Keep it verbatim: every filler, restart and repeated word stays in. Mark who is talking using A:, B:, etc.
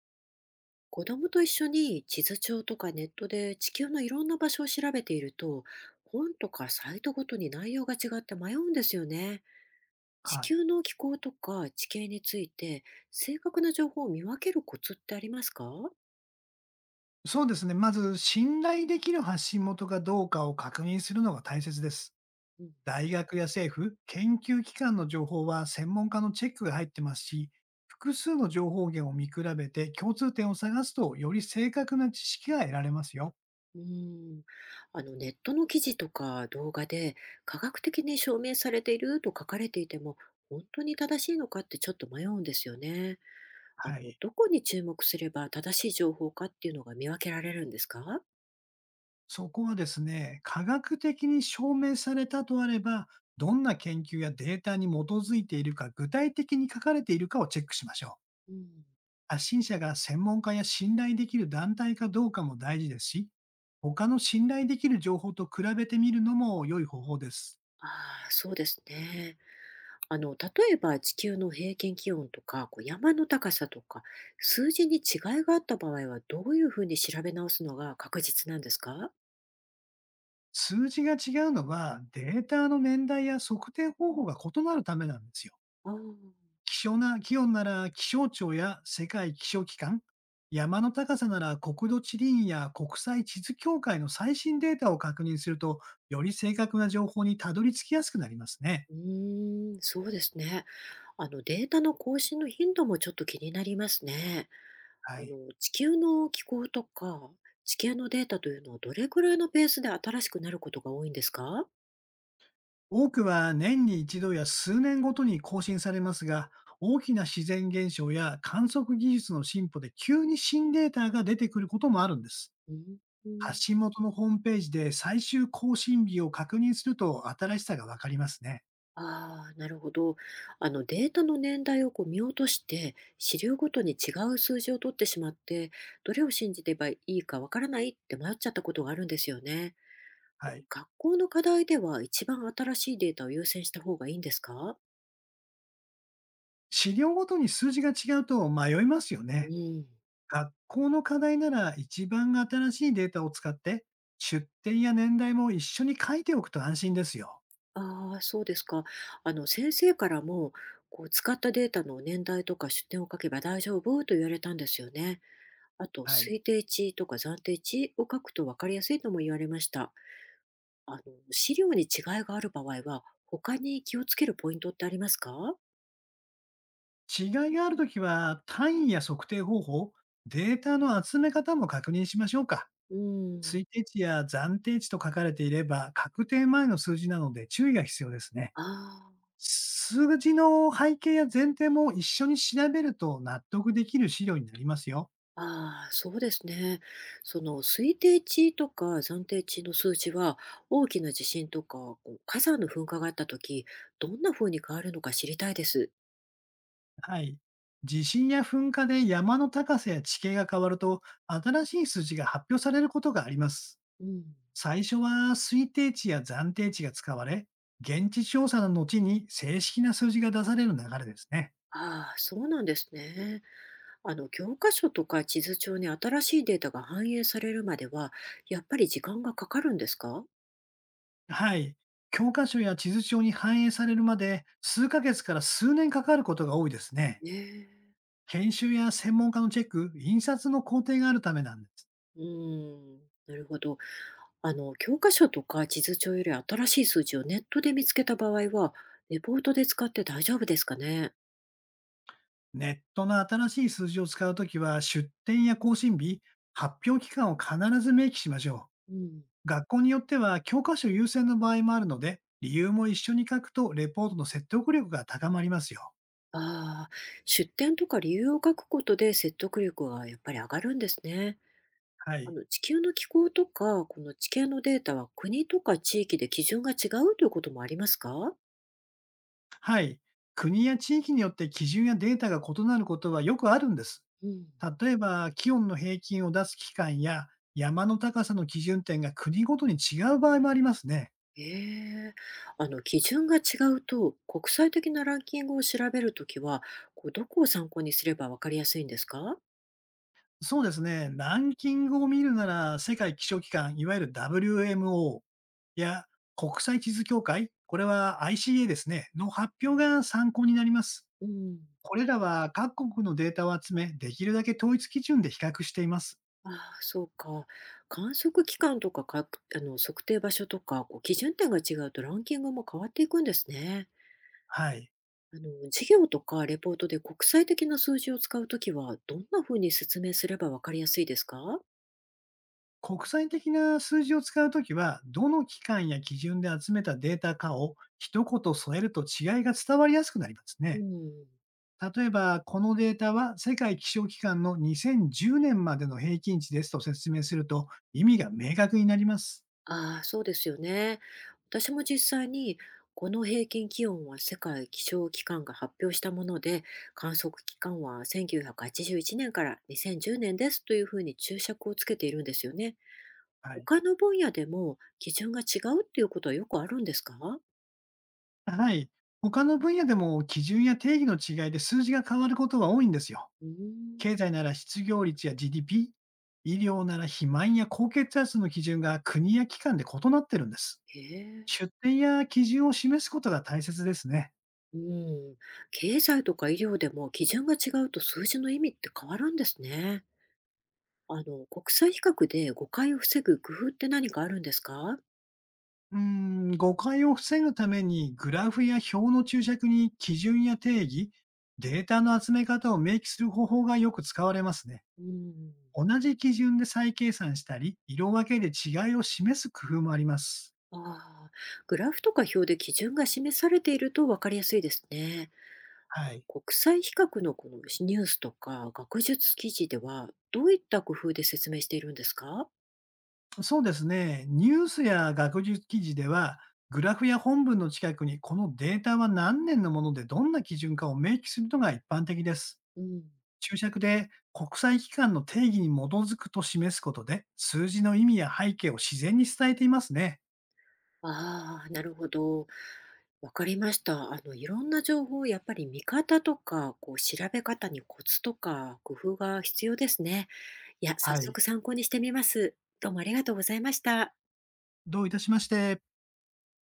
A: 子供と一緒に地図帳とかネットで地球のいろんな場所を調べていると、本とかサイトごとに内容が違って迷うんですよね。地
B: はい。
A: 球の気候とか地形について正確な情報を見分けるコツってありますか？
B: そうですね。まず、信頼できる発信元かどうかを確認するのが大切です。
A: うん。
B: 大学や政府、研究機関の情報は専門家のチェックが入ってますし、複数の情報源を見比べて共通点を探すと、より正確な知識が得られますよ。
A: うーん、あのネットの記事とか動画で科学的に証明されていると書かれていても本当に正しいのかってちょっと迷うんですよね。あの
B: はい。
A: どこに注目すれば正しい情報かっていうのが見分けられるんですか？
B: そこはですね、科学的に証明されたとあれば、どんな研究やデータに基づいているか、具体的に書かれているかをチェックしましょう。
A: うん。
B: 発信者が専門家や信頼できる団体かどうかも大事ですし、他の信頼できる情報と比べてみるのも良い方法です。
A: ああ、そうですね。あの、例えば地球の平均気温とか、こう山の高さとか、数字に違いがあった場合は、どういうふうに調べ直すのが確実なんですか？
B: 数字が違うのはデータの年代や測定方法が異なるためなんですよ。
A: ああ。
B: 気象な、気温なら気象庁や世界気象機関、山の高さなら国土地理院や国際地図協会の最新データを確認すると、より正確な情報にたどり着きやすくなりますね。
A: うーん、そうですね。あの、データの更新の頻度もちょっと気になりますね。
B: は
A: あ
B: い。
A: の、地球の気候とか、地形のデータというのはどれくらいのペースで新しくなることが多いんですか？
B: 多くは年に一度や数年ごとに更新されますが、大きな自然現象や観測技術の進歩で急に新データが出てくることもあるんです。
A: うん。うん。
B: 発信元のホームページで最終更新日を確認すると新しさがわかりますね。
A: ああ、なるほど。あのデータの年代をこう見落として、資料ごとに違う数字を取ってしまって、どれを信じればいいかわからないって迷っちゃったことがあるんですよね。
B: はい。
A: 学校の課題では一番新しいデータを優先した方がいいんですか？
B: 資料ごとに数字が違うと迷いますよ
A: う
B: ね。
A: ん。
B: 学校の課題なら一番新しいデータを使って、出典や年代も一緒に書いておくと安心ですよ。
A: ああ、そうですか。あの先生からも、こう使ったデータの年代とか出典を書けば大丈夫と言われたんですよね。あと
B: はい。
A: 推定値とか暫定値を書くと分かりやすいとも言われました。あの、資料に違いがある場合は、他に気をつけるポイントってありますか？
B: 違いがあるときは、単位や測定方法、データの集め方も確認しましょうか。
A: うん。
B: 推定値や暫定値と書かれていれば、確定前の数字なので注意が必要ですね。
A: あー。
B: 数字の背景や前提も一緒に調べると納得できる資料になりますよ。
A: あー、そうですね。その推定値とか暫定値の数値は、大きな地震とかこう火山の噴火があった時どんな風に変わるのか知りたいです。
B: はい。地震や噴火で山の高さや地形が変わると、新しい数字が発表されることがあります。
A: うん。
B: 最初は推定値や暫定値が使われ、現地調査の後に正式な数字が出される流れですね。
A: ああ、そうなんですね。あの、教科書とか地図帳に新しいデータが反映されるまでは、やっぱり時間がかかるんですか？
B: はい。教科書や地図帳に反映されるまで数ヶ月から数年かかることが多いですね。
A: ねえ。
B: 研修や専門家のチェック、印刷の工程があるためなんです。
A: うーん、なるほど。あの、教科書とか地図帳より新しい数字をネットで見つけた場合は、レポートで使って大丈夫ですかね。
B: ネットの新しい数字を使うときは出店や更新日、発表期間を必ず明記しましょう。
A: うん。
B: 学校によっては教科書優先の場合もあるので、理由も一緒に書くとレポートの説得力が高まりますよ。
A: ああ、出典とか理由を書くことで説得力がやっぱり上がるんですね。
B: は
A: あ
B: い。
A: の、地球の気候とか、この地形のデータは国とか地域で基準が違うということもありますか？
B: はい。国や地域によって基準やデータが異なることはよくあるんです。
A: うん。
B: 例えば、気温の平均を出す期間や山の高さの基準点が国ごとに違う場合もありますね。
A: ええ、あの基準が違うと、国際的なランキングを調べるときは、こうどこを参考にすればわかりやすいんですか？
B: そうですね。ランキングを見るなら、世界気象機関、いわゆる ダブリューエムオー や国際地図協会、これは アイシーエー ですね、の発表が参考になります。
A: うん。
B: これらは各国のデータを集め、できるだけ統一基準で比較しています。
A: ああ、そうか。観測期間とか、かあの測定場所とか、こう基準点が違うとランキングも変わっていくんですね。
B: はい。
A: あの事業とかレポートで国際的な数字を使うときは、どんなふうに説明すればわかりやすいですか？
B: 国際的な数字を使うときは、どの機関や基準で集めたデータかを一言添えると違いが伝わりやすくなります
A: う
B: ね。
A: ん。
B: 例えば、このデータは世界気象機関のにせんじゅうねんまでの平均値ですと説明すると意味が明確になります。
A: ああ、そうですよね。私も実際にこの平均気温は世界気象機関が発表したもので、観測期間はせんきゅうひゃくはちじゅういちねんからにせんじゅうねんですというふうに注釈をつけているんですよね。
B: はい。
A: 他の分野でも基準が違うっていうことはよくあるんですか？
B: はい。他の分野でも基準や定義の違いで数字が変わることは多いんですよ。
A: うーん。
B: 経済なら失業率や ジーディーピー、医療なら肥満や高血圧の基準が国や機関で異なってるんです。
A: へえ。
B: 出典や基準を示すことが大切ですね。
A: うん。経済とか医療でも基準が違うと数字の意味って変わるんですね。あの、国際比較で誤解を防ぐ工夫って何かあるんですか？
B: うーん、誤解を防ぐためにグラフや表の注釈に基準や定義、データの集め方を明記する方法がよく使われますね。
A: うん。
B: 同じ基準で再計算したり、色分けで違いを示す工夫もあります。
A: ああ、グラフとか表で基準が示されていると分かりやすいですね。
B: はい。
A: 国際比較のこのニュースとか学術記事ではどういった工夫で説明しているんですか？
B: そうですね。ニュースや学術記事では、グラフや本文の近くに、このデータは何年のものでどんな基準かを明記するのが一般的です。
A: うん。
B: 注釈で国際機関の定義に基づくと示すことで、数字の意味や背景を自然に伝えていますね。
A: ああ、なるほど。分かりました。あの、いろんな情報、やっぱり見方とか、こう、調べ方にコツとか工夫が必要ですね。いや、早
B: はい。
A: 速参考にしてみます。どうもありがとうございました。
B: どういたしまして。